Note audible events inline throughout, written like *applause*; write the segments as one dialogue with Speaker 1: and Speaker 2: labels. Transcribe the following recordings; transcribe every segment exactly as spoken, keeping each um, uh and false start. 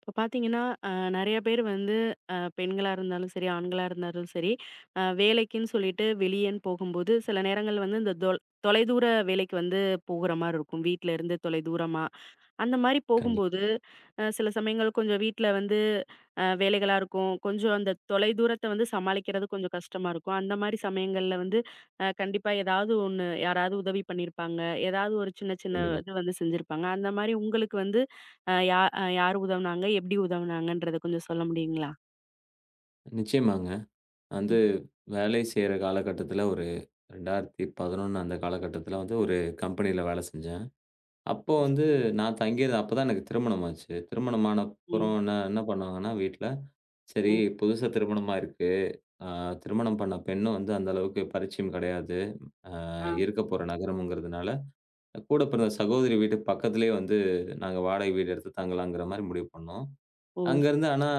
Speaker 1: இப்போ பார்த்தீங்கன்னா, அ நெறைய பேர் வந்து அ பெண்களா இருந்தாலும் சரி, ஆண்களா இருந்தாலும் சரி, அ வேலைக்குன்னு சொல்லிட்டு வெளியன்னு போகும்போது, சில நேரங்கள் வந்து இந்த தொல் தொலைதூர வேலைக்கு வந்து போகுற மாரி இருக்கும். வீட்ல இருந்து தொலைதூரமா. அந்த மாரி
Speaker 2: கண்டிப்பா,
Speaker 1: போகும்போது, அ சில சமயங்கள் கொஞ்சம் வீட்ல வந்து அ வேலைகளா இருக்கும். கொஞ்சம் அந்த தொலை தூரத்த வந்து சமாளிக்கிறது கொஞ்சம் கஷ்டமா இருக்கும். அந்த மாரி சமயங்கள்ல வந்து அ கண்டிப்பா ஏதாவது ஒண்ணு யாராவது உதவி பண்ணியிருப்பாங்க. ஏதாவது ஒரு சின்ன சின்ன
Speaker 2: கண்டிப்பா.
Speaker 1: இது வந்து செஞ்சிருப்பாங்க. அந்த மாரி உங்களுக்கு வந்து அ யா அ யார் உதவுனாங்க? எப்படி உதவுனாங்கன்றத கொஞ்சம் சொல்ல முடியுங்களா?
Speaker 2: நிச்சயமாங்க. வந்து
Speaker 1: ம்.
Speaker 2: வேலை செய்ற காலகட்டத்தில ஒரு இரண்டாயிரத்து பதினொன்று அந்த காலகட்டத்தில வந்து ஒரு கம்பெனியில வேலை செஞ்சேன்.
Speaker 1: ஓ!
Speaker 2: அப்போ வந்து
Speaker 1: சரிங்க.
Speaker 2: நான் தங்கியது அப்ப தான் எனக்கு திருமணம் ஆச்சு. திருமணம் ஆன அப்புறம்
Speaker 1: ம்.
Speaker 2: என்ன என்ன பண்ணாங்கன்னா வீட்ல, சரி
Speaker 1: ம்.
Speaker 2: புதுசா திருமணமா இருக்கு. அ திருமணம் பண்ண பெண்ணும் வந்து அந்த அளவுக்கு பரிச்சயம் கிடையாது. அ
Speaker 1: ஆ.
Speaker 2: இருக்க போற நகரம்ங்கிறதுனால, கூட பிறந்த சகோதரி வீட்டு பக்கத்திலேயே வந்து நாங்க வாடகை வீடு எடுத்து தங்கலாங்கிற மாரி முடிவு பண்ணோம்.
Speaker 1: ஓ!
Speaker 2: அங்கருந்து
Speaker 1: சரிங்க.
Speaker 2: ஆனா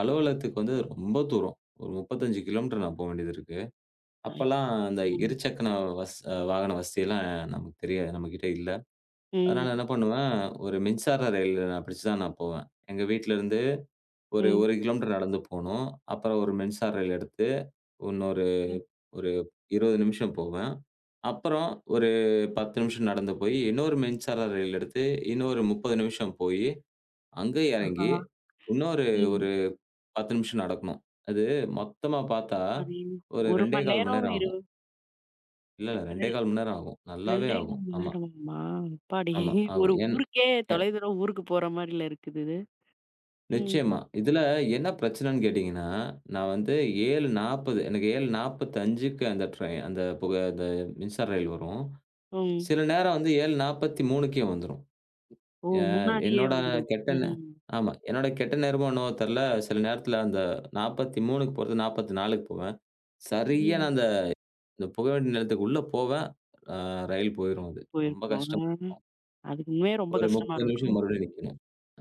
Speaker 2: அலுவலகத்துக்கு வந்து ரொம்ப தூரம். ஒரு முப்பத்தி ஐந்து கிலோமீட்டர் நான் போ வேண்டியது இருக்கு.
Speaker 1: அ.
Speaker 2: அப்பல்லாம் அந்த
Speaker 1: ம்.
Speaker 2: இருசக்கன வஸ் அ வாகன வசதியெல்லாம் நமக்கு தெரியாது. நம்மகிட்ட இல்ல. அதனால
Speaker 1: ம்.
Speaker 2: என்ன பண்ணுவேன், ஒரு மின்சார ரயில் நான் பிடிச்சு தான் நான் போவேன். எங்க வீட்லருந்து ஒரு
Speaker 1: ம்.
Speaker 2: 1 கிலோமீட்டர் நடந்து போணும். அப்புறம் ஒரு மின்சார ரயில் எடுத்து இன்னொரு
Speaker 1: ம்.
Speaker 2: ஒரு இருபது நிமிஷம் போவேன். அப்புறம் ஒரு பத்து நிமிஷம் நடந்து போய், இன்னொரு மின்சார ரயில் எடுத்து, இன்னொரு முப்பது நிமிஷம் போயி, அங்க எறங்கி,
Speaker 1: ஆஹா!
Speaker 2: இன்னொரு
Speaker 1: ம்.
Speaker 2: பத்து நிமிஷம் நடக்கணும். அது மொத்தமா பார்த்தா,
Speaker 1: அது
Speaker 2: ஒரு
Speaker 1: ஒரு
Speaker 2: இரண்டு
Speaker 1: மணி
Speaker 2: கால் மணி
Speaker 1: நேரம்
Speaker 2: நேரம்
Speaker 1: இரு
Speaker 2: ஆகும். இல்ல, இல்ல இரண்டு கால் மணி நேரம் ஆகும். நல்லாவே ஆகும். ஆமா,
Speaker 1: இரண்டாயிரம் அப்பாடி!
Speaker 2: ஆமா
Speaker 1: ஒரு
Speaker 2: ஆகும். என்
Speaker 1: ஊருக்கே
Speaker 2: எ
Speaker 1: தொலைதூரம் ஊருக்கு போற மாரில இருக்குது இது.
Speaker 2: நிச்சயமா.
Speaker 1: ம்.
Speaker 2: இதுல என்ன பிரச்சனைன்னு கேட்டீங்கன்னா, நான் வந்து ஏழு நாற்பது எனக்கு 7:45க்கு அந்த ட்ரெயின் அந்த புக அந்த மின்சார ரயில் வரும்.
Speaker 1: ம்.
Speaker 2: சில நேரம் வந்து 7:43க்கே வந்துரும்.
Speaker 1: ஓ!
Speaker 2: எ
Speaker 1: முன்னாடியே
Speaker 2: என்னோட
Speaker 1: வந்துரும்.
Speaker 2: கெட்ட நே
Speaker 1: ம்.
Speaker 2: ஆமா. என்னோட கெட்ட நேரமோ என்னவோ தெர்ல, சில நேரத்துல அந்த 43க்கு போறது 44க்கு போவேன். சரியா
Speaker 1: ம்.
Speaker 2: நான் அந்த இந்த போக வேண்டிய நிலத்துக்கு உள்ள போவேன். அ ரயில் போயிரும் அது. ரொம்ப
Speaker 1: போயிருக்கோம்.
Speaker 2: கஷ்டம்.
Speaker 1: அ. அதுக்கு உண்மையா ரொம்ப
Speaker 2: ஒரு
Speaker 1: கஷ்டமா
Speaker 2: முப்பது நிமிஷம்
Speaker 1: இருக்கும்.
Speaker 2: மறுபடியும் நிக்கணும்.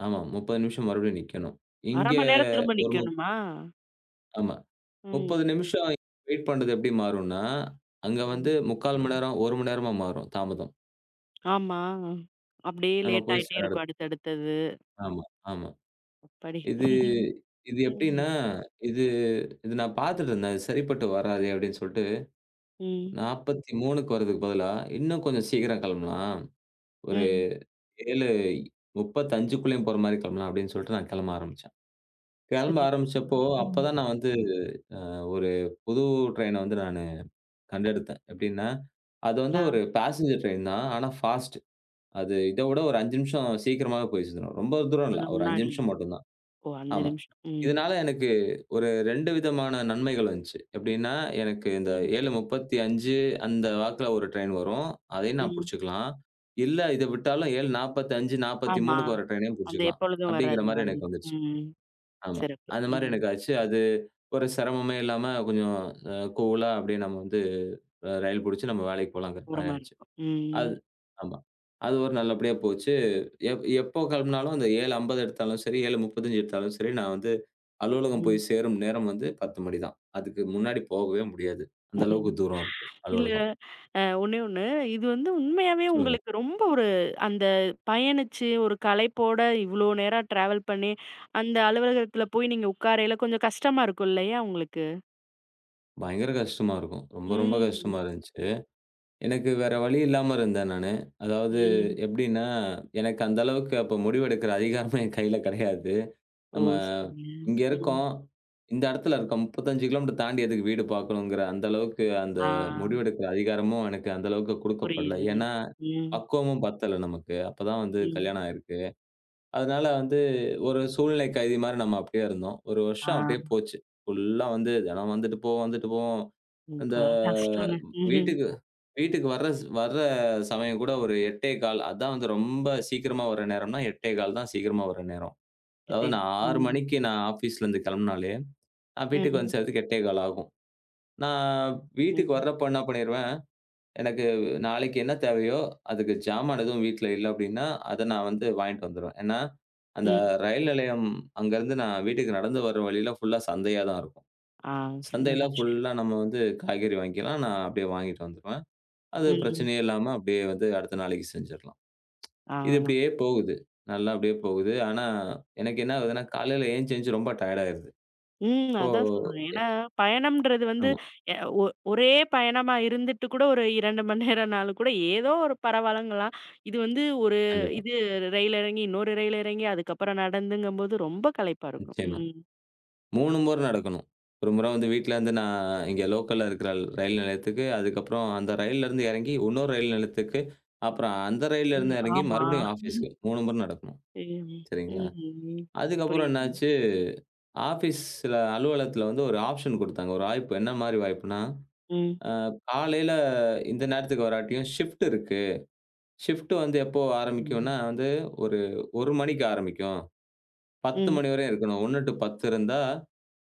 Speaker 2: ஆமா. முப்பது நிமிஷம் மறுபடியும் நிக்கணும்.
Speaker 1: அரை
Speaker 2: இங்க
Speaker 1: மணி நேரம் திரும்ப
Speaker 2: ஒரு முப்
Speaker 1: நிக்கணுமா?
Speaker 2: ஆமா. முப்பது
Speaker 1: ம்.
Speaker 2: நிமிஷம் வெயிட் பண்றது எப்படி மாறும்னா, அங்க வந்து
Speaker 1: ம்.
Speaker 2: முக்கால் மணி நேரம், ஒரு மணி நேரமா மாறும் தாமதம்.
Speaker 1: ஆமா. அப்படியே
Speaker 2: நம்ம
Speaker 1: லேட்
Speaker 2: போய்
Speaker 1: ஆயிட்டே
Speaker 2: சேர
Speaker 1: இருக்கும்
Speaker 2: இடத்துக்கு.
Speaker 1: அடுத்தடுத்தது.
Speaker 2: ஆமா, ஆமா.
Speaker 1: அப்பாடி!
Speaker 2: இது
Speaker 1: ம்.
Speaker 2: இது எப்படின்னா,
Speaker 1: ம்.
Speaker 2: இது இது நான் பார்த்துட்டு இருந்தேன். "இது சரிப்பட்டு வராதே" அப்படின்னு சொல்லிட்டு 43க்கு வர்றதுக்கு பதிலா, "இன்னும் கொஞ்சம் சீக்கிரம் கிளம்பலாம்." ஒரு
Speaker 1: ம்.
Speaker 2: 7:35க்குள்ளயும் போற மாரி கிளம்பலாம் அப்படின்னு சொல்லிட்டு நான் கிளம்ப ஆரம்பிச்சேன். கிளம்ப
Speaker 1: சிறப்பு.
Speaker 2: ஆரம்பிச்சப்போ,
Speaker 1: ம்.
Speaker 2: அப்பதான் நான் வந்து ஒரு புது ட்ரெயின வந்து நானு கண்டெடுத்தேன். எப்படின்னா, அது வந்து
Speaker 1: ஆ.
Speaker 2: ஒரு பேசஞ்சர் ட்ரெயின் தான். ஆனா ஃபாஸ்ட். அது இத விட ஒரு ஐந்து நிமிஷம் சீக்கிரமாவே போய் சேர்ந்துரும். ரொம்ப தூரம் இல்ல.
Speaker 1: கொஞ்சம்
Speaker 2: ஒரு ஐந்து
Speaker 1: முன்னாடியே.
Speaker 2: நிமிஷம் மட்டும் தான்.
Speaker 1: ஓ! ஐந்து
Speaker 2: ஆமா.
Speaker 1: நிமிஷம். ம்.
Speaker 2: இதனால எனக்கு ஒரு இரண்டு விதமான நன்மைகள் வந்துச்சு. எப்படின்னா, எனக்கு இந்த
Speaker 1: ம்.
Speaker 2: ஏழு முப்பத்தி ஐந்து அந்த வாக்குல ஒரு ட்ரெயின் வரும். அதையும் நான்
Speaker 1: ம்.
Speaker 2: புடிச்சுக்கலாம். இல்ல இத விட்டாலும் ஏழு நாற்பத்தி ஐந்து,
Speaker 1: ஆமா.
Speaker 2: 43க்கு வர ட்ரெயினையும்
Speaker 1: அந்த
Speaker 2: புடிச்சுக்கலாம்.
Speaker 1: எப்பொழுதும்
Speaker 2: அப்படிங்கிற
Speaker 1: வராது
Speaker 2: மாரி எனக்கு
Speaker 1: வந்துரும்.
Speaker 2: வந்துருச்சு.
Speaker 1: ம்.
Speaker 2: ஆமா.
Speaker 1: சிறப்பு.
Speaker 2: அந்த மாரி
Speaker 1: ம்.
Speaker 2: எனக்கு ஆச்சு. அது ஒரு சிரமமே இல்லாம கொஞ்சம் அ கூலா அப்படியே நம்ம வந்து அ ரயில் புடிச்சு நம்ம வேலைக்கு போலாங்கிற மாரி
Speaker 1: ஓரமா
Speaker 2: ஆச்சு.
Speaker 1: இருக்கும். ம்.
Speaker 2: அது ஆமா. அது ஒரு நல்லபடியா போச்சு. எப் எப்போ கிளம்புனாலும் அந்த ஏழு ஐம்பது எடுத்தாலும் சரி, ஏழு முப்பத்தி ஐந்து எடுத்தாலும் சரி, நான் வந்து அலுவலகம்
Speaker 1: ம்.
Speaker 2: போய் சேரும் நேரம் வந்து பத்து மணி தான். அதுக்கு முன்னாடி போகவே முடியாது. அந்த அளவுக்கு
Speaker 1: *laughs*
Speaker 2: தூரம் இருக்கு
Speaker 1: இல்ல
Speaker 2: அலுவலகம்.
Speaker 1: அ ஒண்ணே ஒண்ணு. இது வந்து உண்மையாவே
Speaker 2: சொல்லுங்க.
Speaker 1: உங்களுக்கு ரொம்ப ஒரு அந்த பயணிச்சு, ஒரு களைப்போட இவ்ளோ நேரம் டிராவல் பண்ணி, அந்த அலுவலகத்துல போய் நீங்க உட்காரையில கொஞ்சம் கஷ்டமா இருக்கும் இல்லையா உங்களுக்கு?
Speaker 2: பயங்கர கஷ்டமா இருக்கும். ரொம்ப, ரொம்ப கஷ்டமா
Speaker 1: ம்.
Speaker 2: இருந்துச்சு. எனக்கு வேற வழி இல்லாம இருந்தேன் நானு. அதாவது
Speaker 1: ம்.
Speaker 2: எப்படின்னா, எனக்கு அந்த அளவுக்கு அப்ப முடிவெடுக்கிற அதிகாரமே என் கையில கிடையாது.
Speaker 1: ஓ!
Speaker 2: நம்ம
Speaker 1: சரிங்க.
Speaker 2: இங்க
Speaker 1: ம்.
Speaker 2: இருக்கோம். இந்த இடத்துல இருக்கோம். முப்பத்தி ஐந்து கிலோமீட்டர் தாண்டி எதுக்கு வீடு பார்க்கணுங்கிற அந்த அளவுக்கு அந்த
Speaker 1: ஆ.
Speaker 2: முடிவெடுக்கிற அதிகாரமும் எனக்கு அந்த அளவுக்கு குடுக்கப்படல.
Speaker 1: புரியுதுங்க.
Speaker 2: ஏன்னா,
Speaker 1: ம்.
Speaker 2: பக்குவமும் பத்தல நமக்கு. அப்பதான் வந்து
Speaker 1: ம்.
Speaker 2: கல்யாணம் ஆயிருக்கு. அதனால வந்து ஒரு சூழ்நிலை கைதி மாரி நம்ம அப்படியே இருந்தோம். ஒரு
Speaker 1: ஆ.
Speaker 2: வருஷம் அப்படியே போச்சு. ஃபுல்லா வந்து தினம் வந்துட்டு போவோம், வந்துட்டு போவோம்.
Speaker 1: ம்.
Speaker 2: அந்த
Speaker 1: பா கஷ்டங்க. *laughs* ம்.
Speaker 2: வீட்டுக்கு வீட்டுக்கு வர்ற ஸ் வர்ற சமயம் கூட ஒரு எட்டு பதினைந்து அதான் வந்து ரொம்ப சீக்கிரமா வர நேரம்னா எட்டு பதினைந்து தான் சீக்கிரமா வர நேரம். அதாவது
Speaker 1: கிட்டே.
Speaker 2: நான் ஆறு
Speaker 1: ம்.
Speaker 2: மணிக்கு நான் ஆஃபீஸ்லேருந்து கெளம்புனாலே, நான் வீட்டுக்கு
Speaker 1: ம்.
Speaker 2: வந்து சேர்றதுக்கு எட்டு பதினைந்து ஆகும். நான் வீட்டுக்கு
Speaker 1: ம்.
Speaker 2: வர்றப்போ என்ன பண்ணிருவேன் எனக்கு நாளைக்கு என்ன தேவையோ, அதுக்கு ஜாமான் எதுவும் வீட்ல இல்ல அப்டின்னா, அத நான் வந்து வாங்கிட்டு வந்துருவேன். ஏன்னா, அந்த
Speaker 1: ம்.
Speaker 2: ரயில் நிலையம் அங்கருந்து நான் வீட்டுக்கு நடந்து வர வழியில ஃபுல்லா சந்தையா தான் இருக்கும்.
Speaker 1: ஆ சோ நல்ல
Speaker 2: சந்தையில
Speaker 1: விஷயம்.
Speaker 2: ஃபுல்லா நம்ம வந்து காய்கறி வாங்கிக்கலாம். நான் அப்டியே வாங்கிட்டு வந்துருவேன். அது
Speaker 1: ம்.
Speaker 2: பிரச்சனையே இல்லாம அப்டியே வந்து அடுத்த நாளைக்கு செஞ்சிரலாம்.
Speaker 1: ஆ.
Speaker 2: இது இப்டியே போகுது. நல்லா அப்டியே போகுது. ஆனா, எனக்கு என்ன ஆகுதுன்னா, காலையில ஏஞ்சி ஏஞ்சி ரொம்ப டயர்ட் ஆயிருது.
Speaker 1: ம்.
Speaker 2: இப்போ
Speaker 1: அதான் சொல்றேன்.
Speaker 2: எ
Speaker 1: ஏன்னா பயணம்ன்றது வந்து
Speaker 2: ஆமா.
Speaker 1: எ ஒ ஒரே பயணமா இருந்துட்டு கூட ஒரு இரண்டு மணி நேரம்னாலும் கூட ஏதோ ஒரு பரவால்லங்கலாம். இது வந்து ஒரு
Speaker 2: கண்டிப்பா.
Speaker 1: இது ரயில் இறங்கி, இன்னொரு ரயில் இறங்கி, அதுக்கப்புறம் நடந்துங்கும்போது ரொம்ப களைப்பா இருக்கும்.
Speaker 2: நிச்சயமா.
Speaker 1: ம்.
Speaker 2: மூன்று முறை நடக்கணும். ஒரு முறை வந்து வீட்லருந்து நான் இங்க லோக்கல்ல இருக்கிற ரயில் நிலையத்துக்கு, அதுக்கப்புறம் அந்த ரயில்லருந்து இறங்கி இன்னொரு ரயில் நிலையத்துக்கு, அப்புறம் அந்த
Speaker 1: ம்.
Speaker 2: ரயில்லருந்து இறங்கி
Speaker 1: ஆமா.
Speaker 2: மறுபடியும்
Speaker 1: ம்.
Speaker 2: ஆஃபீஸ்க்கு. மூன்று முறை நடக்கணும். சரிங்களா?
Speaker 1: ம்.
Speaker 2: அதுக்கப்புறம்
Speaker 1: புரியுது.
Speaker 2: என்னாச்சு, ஆஃபீஸ்ல அலுவலகத்துல வந்து ஒரு ஆப்ஷன் குடுத்தாங்க. ஒரு வாய்ப்பு. என்ன மாரி வாய்ப்புன்னா,
Speaker 1: ம்.
Speaker 2: அ காலையில இந்த நேரத்துக்கு வராட்டியும் ஷிஃப்ட் இருக்கு. ஷிஃப்ட் வந்து எப்போ
Speaker 1: ம்.
Speaker 2: ஆரம்பிக்கும்னா வந்து ஒரு 1 மணிக்கு ஆரம்பிக்கும். பத்து
Speaker 1: ம்.
Speaker 2: மணி வரையும் இருக்கணும். ஒன்று டூ பத்து இருந்தா,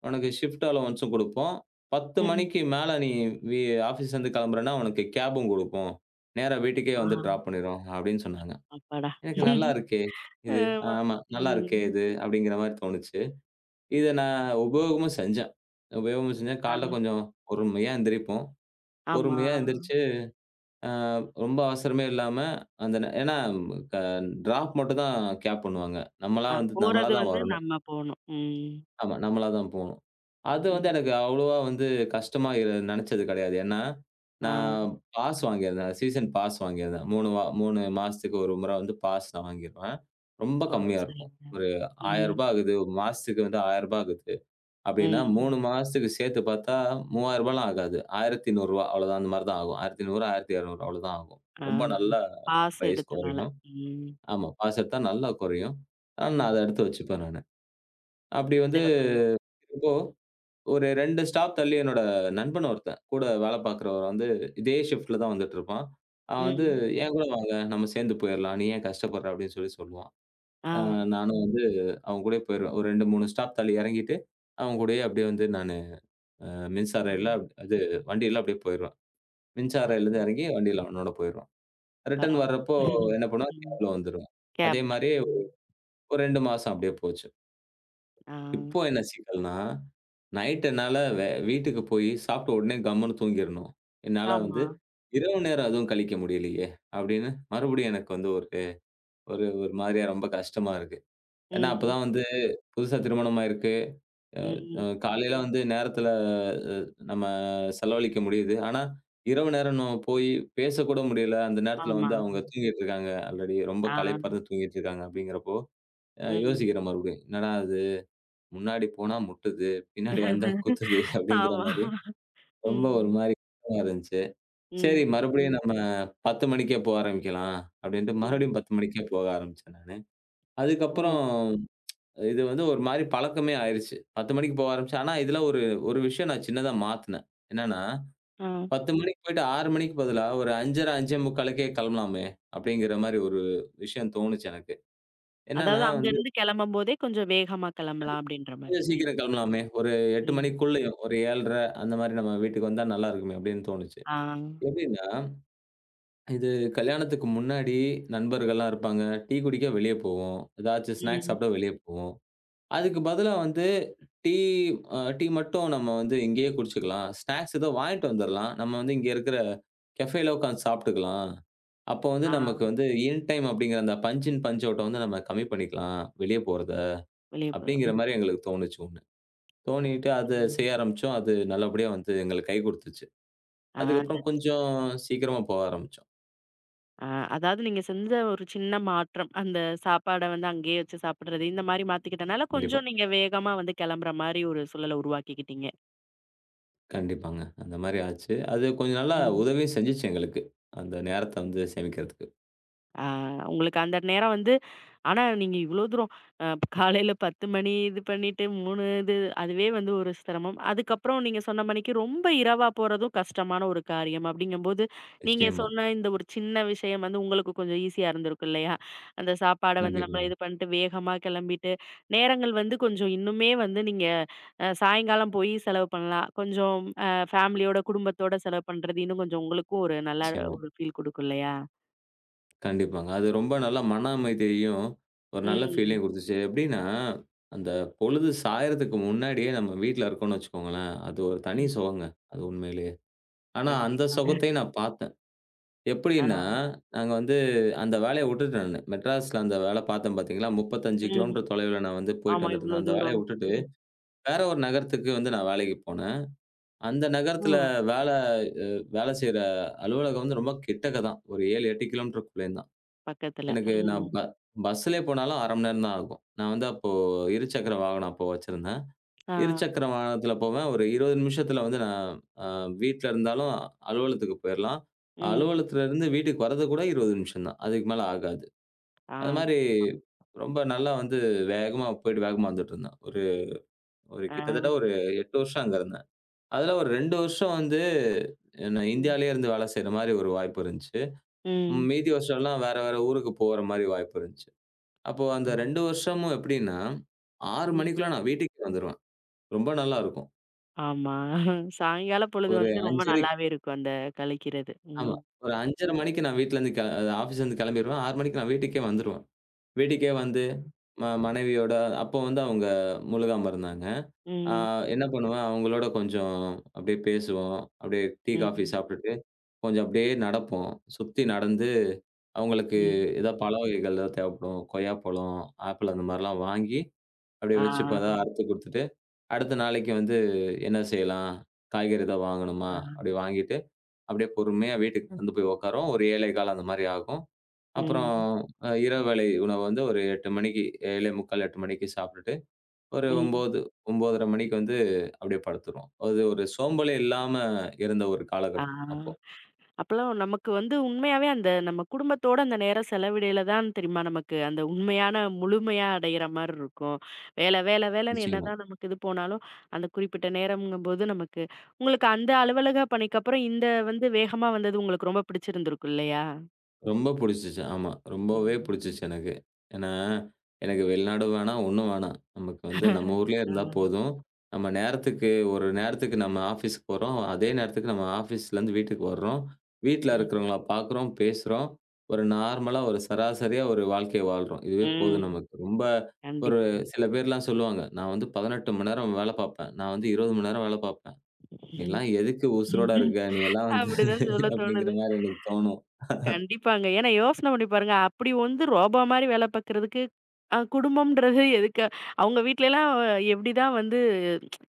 Speaker 2: உனக்கு ஷிஃப்ட் அலோவன்ஸும் குடுப்போம். பத்து
Speaker 1: ம்.
Speaker 2: மணிக்கு மேல நீ வீ ஆஃபீஸ்லருந்து கிளம்புறன்னா, உனக்கு கேபும் குடுப்போம். நேரா வீட்டுக்கே
Speaker 1: ஆ
Speaker 2: வந்து டிராப் பண்ணிரும்." அப்படின்னு சொன்னாங்க.
Speaker 1: அப்பாடா!
Speaker 2: எனக்கு நல்லா
Speaker 1: *laughs*
Speaker 2: இருக்கே இது.
Speaker 1: ஆமா.
Speaker 2: ஆமா, நல்லா இருக்கே
Speaker 1: ம்.
Speaker 2: இது அப்படிங்கிற மாரி தோணுச்சு. இத நான் உபயோகமும் செஞ்சேன். உபயோகமும் செஞ்சேன்.
Speaker 1: ஆ.
Speaker 2: காலைல கொஞ்சம் பொறுமையா எந்திரிப்போம்.
Speaker 1: ஆமா.
Speaker 2: பொறுமையா எந்திரிச்சு, அ ரொம்ப அவசரமே இல்லாம அந்த நே ஏன்னா க டிராப் மட்டும் தான் கேப் பண்ணுவாங்க. நம்மளா
Speaker 1: ஆ
Speaker 2: வந்து நம்மளா
Speaker 1: போறது
Speaker 2: தான்
Speaker 1: வந்து
Speaker 2: வரணும்.
Speaker 1: நம்ம போணும். ம்.
Speaker 2: ஆமா. நம்மளா தான் போணும். அது வந்து
Speaker 1: ம்.
Speaker 2: எனக்கு அவ்வளவா வந்து கஷ்டமா இரு நெனச்சது கெடையாது. ஏன்னா,
Speaker 1: ஆ.
Speaker 2: நான் பாஸ் வாங்கியிருந்தேன். சீசன் பாஸ் வாங்கியிருந்தேன். மூன்று வா மூன்று மாசத்துக்கு ஒரு முறை வந்து பாஸ் நான் வாங்கிருவேன். ரொம்ப
Speaker 1: ஓ!
Speaker 2: கம்மியா இருக்கும்.
Speaker 1: சரிங்க.
Speaker 2: ஒரு ரூ.
Speaker 1: ம்.
Speaker 2: ஆயிரம் ஆகுது. ஒரு மாசத்துக்கு வந்து ரூ. ஆயிரம் ஆகுது. அப்டின்னா
Speaker 1: ம்.
Speaker 2: மூன்று மாசத்துக்கு சேர்த்து பார்த்தா ரூ. 3000லாம் ஆகாது. ரூ. ஆயிரத்தி நூறு அவ்வளோதான். அந்த மாரி தான் ஆகும். ரூ. ஆயிரத்தி நூறு, ரூ. ஆயிரத்தி இருநூறு அவ்வளோதான் ஆகும்.
Speaker 1: ஆ.
Speaker 2: ரொம்ப நல்லா
Speaker 1: பாஸ்
Speaker 2: பிரைஸ்
Speaker 1: எடுத்தனால.
Speaker 2: குறையும்.
Speaker 1: ம்.
Speaker 2: ஆமா. பாஸ் எடுத்தா நல்லா குறையும். ஆனா நான்
Speaker 1: ம்.
Speaker 2: அத எடுத்து வச்சுப்பேன் நானு. அப்டி வந்து
Speaker 1: சிறப்புங்க.
Speaker 2: இப்போ ஒரு இரண்டு ஸ்டாப் தள்ளி என்னோட நண்பன் ஒருத்தன். கூட வேலை பார்க்கிறவன் வந்து இதே ஷிஃப்ட்ல தான் வந்துட்டு இருப்பான். அவன் வந்து
Speaker 1: ம்.
Speaker 2: "என் கூட வாங்க, நம்ம சேர்ந்து போயிரலாம். நீ ஏன் கஷ்டப்படுற?" அப்படின்னு சொல்லி சொல்லுவான்.
Speaker 1: ஆ.
Speaker 2: அ நானும் வந்து அவன் கூடயே போயிருவேன். ஒரு இரண்டு, மூன்று ஸ்டாப் தள்ளி இறங்கிட்டு, அவன் கூடயே அப்படியே வந்து நானு மின்சார
Speaker 1: ஓ!
Speaker 2: ரயில்ல அது வண்டியில அப்படியே போயிருவேன். மின்சார
Speaker 1: அருமை.
Speaker 2: ரயில்லேருந்து இறங்கி வண்டியில அவனோட போயிருவான். ரிட்டர்ன்
Speaker 1: பரவால்ல.
Speaker 2: வர்றப்போ என்ன பண்ணுவான்,
Speaker 1: ம்.
Speaker 2: கேப்ல வந்துருவான். அதே
Speaker 1: கேப்ல.
Speaker 2: மாரி
Speaker 1: ம்.
Speaker 2: ஒரு இரண்டு மாசம் அப்படியே போச்சு.
Speaker 1: ஆ.
Speaker 2: இப்போ என்ன சிக்கல்னா நைட் என்னால வே வீட்டுக்கு போயி, சாப்பிட்ட உடனே கம்முன்னு தூங்கிறணும். என்னால
Speaker 1: ஆமா.
Speaker 2: வந்து இரவு நேரம் அதுவும் கழிக்க முடியலையே! அப்படின்னு மறுபடியும் எனக்கு வந்து ஒரு ஒரு ஒரு மாதிரியா ரொம்ப கஷ்டமா இருக்கு. ஏன்னா,
Speaker 1: ம்.
Speaker 2: அப்பதான் வந்து புதுசா திருமணம் ஆயிருக்கு. அ
Speaker 1: ம்.
Speaker 2: காலையில வந்து நேரத்தில அ நம்ம செலவழிக்க முடியுது. ஆனா, இரவு நேரம் நம்ம போயி பேசக்கூட முடியல. அந்த நேரத்தில
Speaker 1: ஆமா.
Speaker 2: வந்து அவங்க தூங்கிட்டு இருக்காங்க. ஆல்ரெடி ரொம்ப
Speaker 1: ஆ.
Speaker 2: களைப்பா இருந்து தூங்கிட்டு இருக்காங்க அப்படிங்கிறப்போ, அ
Speaker 1: ம்.
Speaker 2: யோசிக்கிறேன் மறுபடியும். என்னடா இது! முன்னாடி போனா முட்டுது, பின்னாடி வந்தா குத்துது அப்படிங்கிற
Speaker 1: ஆமா.
Speaker 2: மாரி ரொம்ப ஒரு
Speaker 1: ம்.
Speaker 2: மாரி கஷ்டமா இருந்துச்சு. சரி
Speaker 1: ம்.
Speaker 2: மறுபடியும் ம். நம்ம பத்து மணிக்கே போக ஆரம்பிக்கலாம், அப்டின்ட்டு
Speaker 1: ம்.
Speaker 2: மறுபடியும் பத்து மணிக்கே போக ஆரம்பிச்சேன் நானு.
Speaker 1: ஓ!
Speaker 2: அதுக்கப்புறம் இது வந்து ஒரு மாரி பழக்கமே ஆயிருச்சு. பத்து மணிக்கு போக ஆரம்பிச்சேன். ஆனா இதுல ஒரு ஒரு விஷயம் நான் சின்னதா மாத்துனேன். என்னன்னா,
Speaker 1: ஆ.
Speaker 2: பத்து மணிக்கு போயிட்டு ஆறு மணிக்கு பதிலா ஒரு ஐந்து முப்பது, 5:45க்கே கெளம்பலாமே! அப்டிங்கிற மாரி ஒரு விஷயம் தோணுச்சு எனக்கு. என்னன்னா
Speaker 1: அதாவது
Speaker 2: வந்து
Speaker 1: அங்கருந்து கிளம்பும்போதே கொஞ்சம் வேகமா கிளம்பலாம்
Speaker 2: கண்டிப்பா
Speaker 1: அப்டின்ற மாரி.
Speaker 2: கொஞ்சம் சீக்கிரம்
Speaker 1: ம்.
Speaker 2: கெளம்பலாமே! ஒரு எட்டு
Speaker 1: ம்.
Speaker 2: மணிக்குள்ளயும் ஒரு ஏழரை அந்த மாரி நம்ம வீட்டுக்கு வந்தா நல்லா இருக்குமே! அப்டின்னு தோணுச்சு.
Speaker 1: ஆ.
Speaker 2: எப்டின்னா இது கல்யாணத்துக்கு முன்னாடி நண்பர்கள்லாம் இருப்பாங்க. டீ குடிக்க வெளிய போவோம். ஏதாச்சும் ஸ்நாக்ஸ்
Speaker 1: ம்.
Speaker 2: சாப்பிட வெளிய போவோம். அதுக்கு பதிலா வந்து டீ அ டீ மட்டும் நம்ம வந்து இங்கேயே குடிச்சுக்கலாம். ஸ்நாக்ஸ் ஏதோ வாங்கிட்டு வந்துரலாம். நம்ம வந்து இங்க இருக்கிற கஃபேல உட்காந்து சாப்பிட்டுக்கலாம். அப்போ வந்து
Speaker 1: ஆ.
Speaker 2: நமக்கு வந்து இன் டைம் அப்படிங்கிற அந்த பஞ்ச் இன், பஞ்ச் அவுட்ட வந்து நம்ம கம்மி பண்ணிக்கலாம். வெளிய போறத
Speaker 1: வெளிய போ
Speaker 2: அப்படிங்கிற
Speaker 1: ம்.
Speaker 2: மாரி எங்களுக்கு தோணுச்சு ஒண்ணு.
Speaker 1: ஓ!
Speaker 2: தோணிட்டு அத
Speaker 1: சரிங்க.
Speaker 2: செய்ய ஆரம்பிச்சோம். அது நல்லபடியா வந்து எங்களுக்கு கை குடுத்துச்சு.
Speaker 1: ஆ *unintelligible*
Speaker 2: அதுக்கப்புறம்
Speaker 1: தட்ஸ் இட்.
Speaker 2: கொஞ்சம் சீக்கிரமா போக ஆரம்பிச்சோம்.
Speaker 1: ஆ அதாவது நீங்க செஞ்ச ஒரு சின்ன மாற்றம். அந்த சாப்பாட வந்து அங்கேயே வச்சு சாப்பிடுறது, இந்த மாரி மாத்திக்கிட்டனால,
Speaker 2: கண்டிப்பா.
Speaker 1: கொஞ்சம் நீங்க வேகமா வந்து கிளம்புற மாரி ஒரு சூழல உருவாக்கிக்கிட்டீங்க.
Speaker 2: கண்டிப்பாங்க. அந்த மாரி ஆச்சு. அது கொஞ்சம் நல்லா
Speaker 1: ம்.
Speaker 2: உதவியும் செஞ்சுச்சு எங்களுக்கு. அந்த நேரத்த வந்து சேமிக்கிறதுக்கு.
Speaker 1: ஆ உங்களுக்கு அந்த நேரம் வந்து ஆனா நீங்க இவ்ளோ தூரம் அ காலையில பத்து மணி இது பண்ணிட்டு மூன்று இது அதுவே வந்து ஒரு சிரமம். அதுக்கப்புறம் நீங்க சொன்ன மணிக்கு ரொம்ப இரவா போறதும் கஷ்டமான ஒரு காரியம். அப்படிங்கும்போது நீங்க
Speaker 2: நிச்சயமா.
Speaker 1: சொன்ன இந்த ஒரு சின்ன விஷயம் வந்து உங்களுக்கு கொஞ்சம் ஈஸியா இருந்திருக்கும் இல்லையா? அந்த சாப்பாட வந்து நம்ம
Speaker 2: கண்டிப்பாங்க.
Speaker 1: இது பண்ணிட்டு வேகமா கிளம்பிட்டு நேரங்கள் வந்து கொஞ்சம் இன்னுமே வந்து நீங்க அ சாயங்காலம் போய் செலவு பண்ணலாம். கொஞ்சம் அ ஃபேமிலியோட குடும்பத்தோட செலவு பண்றது இன்னும் கொஞ்சம் உங்களுக்கும் ஒரு நல்லா
Speaker 2: நிச்சயமா.
Speaker 1: ஒரு ஃபீல் குடுக்கும் இல்லையா?
Speaker 2: கண்டிப்பாங்க. அது ரொம்ப நல்ல மன அமைதியையும், ஒரு நல்ல
Speaker 1: ம்.
Speaker 2: ஃபீலையும் குடுத்துச்சு. எப்படின்னா, அந்த பொழுது சாயறதுக்கு முன்னாடியே நம்ம வீட்ல இருக்கோம்னு வச்சுக்கோங்களேன், அது ஒரு தனி
Speaker 1: ம்.
Speaker 2: சுகங்க. அது உண்மையிலேயே. ஆனா அந்த
Speaker 1: கண்டிப்பாங்க.
Speaker 2: சுகத்தையும் நான் பார்த்தேன்.
Speaker 1: ஆ.
Speaker 2: எப்படின்னா, நாங்க வந்து அந்த வேலைய விட்டுட்டேன் நானு. மெட்ராஸ்ல அந்த வேல பார்த்தேன் பார்த்தீங்களா? முப்பத்தி ஐந்து
Speaker 1: ம்.
Speaker 2: கிலோமீட்டர் தொலைவுல நான் வந்து போயிட்டு
Speaker 1: ஆமா, இவ்ளோ
Speaker 2: வந்துட்டுருந்தேன். அந்த வேலைய
Speaker 1: தூரம்.
Speaker 2: விட்டுட்டு,
Speaker 1: ம்.
Speaker 2: வேற ஒரு நகரத்துக்கு வந்து நான் வேலைக்கு போனேன். அந்த
Speaker 1: ஓ!
Speaker 2: நகரத்துல வேல அ வேல செய்ற அலுவலகம் வந்து ரொம்ப கிட்டக்க தான். ஒரு ஏழு, எட்டு கிலோமீட்டருக்குள்ளேயும் தான்.
Speaker 1: பக்கத்துல.
Speaker 2: எனக்கு
Speaker 1: ம்.
Speaker 2: நான் ப பஸ்ஸுலயே போனாலும் அரை மணி நேரம் தான் ஆகும். நான் வந்து அப்போ இருசக்கர வாகனம் அப்போ வச்சிருந்தேன்.
Speaker 1: ஆ.
Speaker 2: இருசக்கர வாகனத்துல போவேன். ஒரு இருபது நிமிஷத்துல வந்து நான் அ வீட்ல இருந்தாலும் அலுவலகத்துக்கு போயிரலாம்.
Speaker 1: ம்.
Speaker 2: அலுவலகத்துல இருந்து வீட்டுக்கு வர்றதுக்கு கூட இருபது நிமிஷம் தான். அதுக்கு மேல ஆகாது.
Speaker 1: ஆ.
Speaker 2: அது மாரி
Speaker 1: சிறப்பாங்க.
Speaker 2: ரொம்ப நல்லா வந்து வேகமா போயிட்டு வேகமா வந்துட்டுருந்தேன். ஒரு ஒரு கிட்டத்தட்ட
Speaker 1: ஆ.
Speaker 2: ஒரு எட்டு வருஷம் அங்க இருந்தேன். அதுல ஒரு இரண்டு வருஷம் வந்து நான்
Speaker 1: ம்.
Speaker 2: இந்தியாலயே இருந்து வேலை செய்ற மாரி ஒரு வாய்ப்பு இருந்துச்சு.
Speaker 1: ம்.
Speaker 2: மீதி வருஷம்லாம் வேற வேற ஊருக்கு போற மாரி வாய்ப்பு இருந்துச்சு. அப்போ அந்த
Speaker 1: ஆமா.
Speaker 2: இரண்டு வருஷமும் எப்படின்னா, ஆறு
Speaker 1: ம்.
Speaker 2: மணிக்குலாம் நான் வீட்டுக்கே வந்துருவேன். ரொம்ப நல்லா இருக்கும்.
Speaker 1: ஆமா. சாயங்கால பொழுது
Speaker 2: ஒரு
Speaker 1: வந்து ரொம்ப
Speaker 2: ஐந்தரை
Speaker 1: நல்லாவே இருக்கும் அந்த கழிக்கிறது.
Speaker 2: ஆமா.
Speaker 1: ம்.
Speaker 2: ஒரு ஐந்து முப்பது மணிக்கு நான் வீட்லருந்து கெள ஆஃபீஸ்லருந்து கெளம்பிருவேன். ஆறு மணிக்கு நான் வீட்டுக்கே வந்துருவேன். வீட்டுக்கே
Speaker 1: ஆ.
Speaker 2: வந்து ம மனைவியோட அப்போ வந்து அவங்க முழுகாம இருந்தாங்க. ஆ
Speaker 1: ம்.
Speaker 2: என்ன பண்ணுவேன், அவங்களோட கொஞ்சம் அப்படியே பேசுவோம். அப்படியே டீ, காஃபி
Speaker 1: ம்.
Speaker 2: சாப்பிட்டுட்டு, கொஞ்சம் அப்படியே நடப்போம். சுத்தி நடந்து அவங்களுக்கு
Speaker 1: ம்.
Speaker 2: ஏதாவது பழ வகைகள் ஏதாவது தேவைப்படும். கொய்யாப்பழம், ஆப்பிள் அந்த மாரிலாம் வாங்கி, அப்படியே வச்சு இப்ப
Speaker 1: ஆ.
Speaker 2: தான் அறுத்து குடுத்துட்டு, அடுத்த நாளைக்கு வந்து என்ன செய்யலாம்? காய்கறி ஏதாவது வாங்கணுமா?
Speaker 1: ஆ.
Speaker 2: அப்படி வாங்கிட்டு, அப்படியே பொறுமையா வீட்டுக்கு நடந்து போய் உட்காருவோம். ஒரு ஏழு பதினைந்து அந்த மாரி ஆகும். அப்புறம்
Speaker 1: ம்.
Speaker 2: அ இரவு வேளை உணவு வந்து ஒரு எட்டு மணிக்கு ஏழு நாற்பத்தி ஐந்து எட்டு மணிக்கு சாப்பிட்டுட்டு, ஒரு
Speaker 1: ம்.
Speaker 2: ஒன்பது ஒன்பதரை மணிக்கு வந்து அப்படியே படுத்துருவோம். அது ஒரு சோம்பலே இல்லாம இருந்த ஒரு
Speaker 1: ஆ.
Speaker 2: காலகட்டம் அப்போ.
Speaker 1: அப்பலாம் நமக்கு வந்து உண்மையாவே அந்த நம்ம குடும்பத்தோட அந்த நேரம் செலவிடையில தான் தெரியுமா நமக்கு அந்த உண்மையான முழுமையா அடையிற மாரி இருக்கும். வேலை, வேலை, வேலைன்னு
Speaker 2: நிச்சயமா.
Speaker 1: என்னதான் நமக்கு இது போனாலும், அந்த குறிப்பிட்ட நேரம்ங்கும்போது நமக்கு உங்களுக்கு அந்த அலுவலக பணிக்கு அப்புறம் இந்த வந்து வேகமா வந்தது உங்களுக்கு ரொம்ப பிடிச்சிருந்திருக்கும் இல்லையா?
Speaker 2: ரொம்ப புடிச்சுச்சு. ஆமா. ரொம்பவே
Speaker 1: ம்.
Speaker 2: புடிச்சுச்சு எனக்கு. ஏன்னா, எனக்கு வெளிநாடு வேணாம், ஒண்ணும் வேணாம். நமக்கு வந்து நம்ம ஊர்லயே
Speaker 1: ஆ.
Speaker 2: இருந்தா போதும். நம்ம நேரத்துக்கு ஒரு நேரத்துக்கு நம்ம ஆஃபீஸ்க்கு போறோம். அதே நேரத்துக்கு நம்ம ஆஃபீஸ்லேருந்து வீட்டுக்கு வர்றோம். வீட்ல
Speaker 1: ம்.
Speaker 2: இருக்கிறவங்கள பார்க்குறோம், பேசுறோம். ஒரு நார்மலா ஒரு சராசரியா ஒரு வாழ்க்கைய வாழ்றோம். இதுவே போதும்
Speaker 1: ம்.
Speaker 2: நமக்கு. ரொம்ப ஒரு
Speaker 1: கண்டிப்பாங்க.
Speaker 2: சில பேர்லாம் சொல்லுவாங்க. நான் வந்து பதினெட்டு மணி நேரம் வேலை பார்ப்பேன். நான் வந்து இருபது மணி நேரம் வேலை பார்ப்பேன். நீலாம் எதுக்கு உசுரோட இருக்க? நீ
Speaker 1: *laughs*
Speaker 2: எல்லாம் வந்து
Speaker 1: அப்படிதான் சொல்ல
Speaker 2: அப்படிங்கிற
Speaker 1: தோணுது.
Speaker 2: மாரி எனக்கு தோணும்.
Speaker 1: கண்டிப்பாங்க. ஏன்னா யோசனை பண்ணி பாருங்க. அப்படி வந்து ரோபோ மாரி வேலை பாக்குறதுக்கு, அ குடும்பம்ன்றது எதுக்கு? அவங்க வீட்லலாம் எப்படிதான் வந்து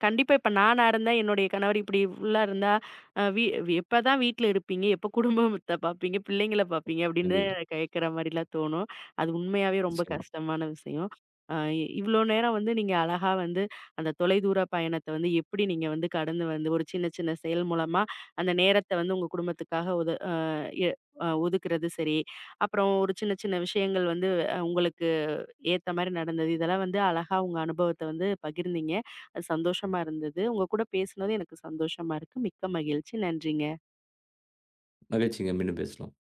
Speaker 1: கண்டிப்பா இப்ப நானா இருந்தா, என்னுடைய கணவர் இப்படி ஃபுல்லா இருந்தா, அ வீ வீ- எப்பதான் வீட்ல இருப்பீங்க? எப்ப குடும்பத்த பாப்பீங்க? பிள்ளைங்கள பாப்பீங்க? அப்படின்னு
Speaker 2: கண்டிப்பா.
Speaker 1: கேட்கிற மாரிலாம் தோணும். அது உண்மையாவே ரொம்ப
Speaker 2: நிச்சயமா.
Speaker 1: கஷ்டமான விஷயம். அ இவ்ளோ நேரம் வந்து நீங்க அழகா வந்து அந்த தொலைதூர பயணத்த வந்து எப்படி நீங்க வந்து கடந்து வந்து ஒரு சின்ன சின்ன செயல் மூலமா அந்த நேரத்த வந்து உங்க குடும்பத்துக்காக ஒத அ அ ஒதுக்குறது சரி, அப்புறம் ஒரு சின்ன சின்ன விஷயங்கள் வந்து அ உங்களுக்கு ஏத்த மாரி நடந்தது. இதெல்லாம் வந்து அழகா உங்க அனுபவத்த வந்து பகிர்ந்தீங்க. அது சந்தோஷமா இருந்தது. உங்க கூட பேசுனது எனக்கு சந்தோஷமா இருக்கு. மிக்க மகிழ்ச்சி. நன்றிங்க.
Speaker 2: மகிழ்ச்சிங்க. மீண்டும் பேசலாம்.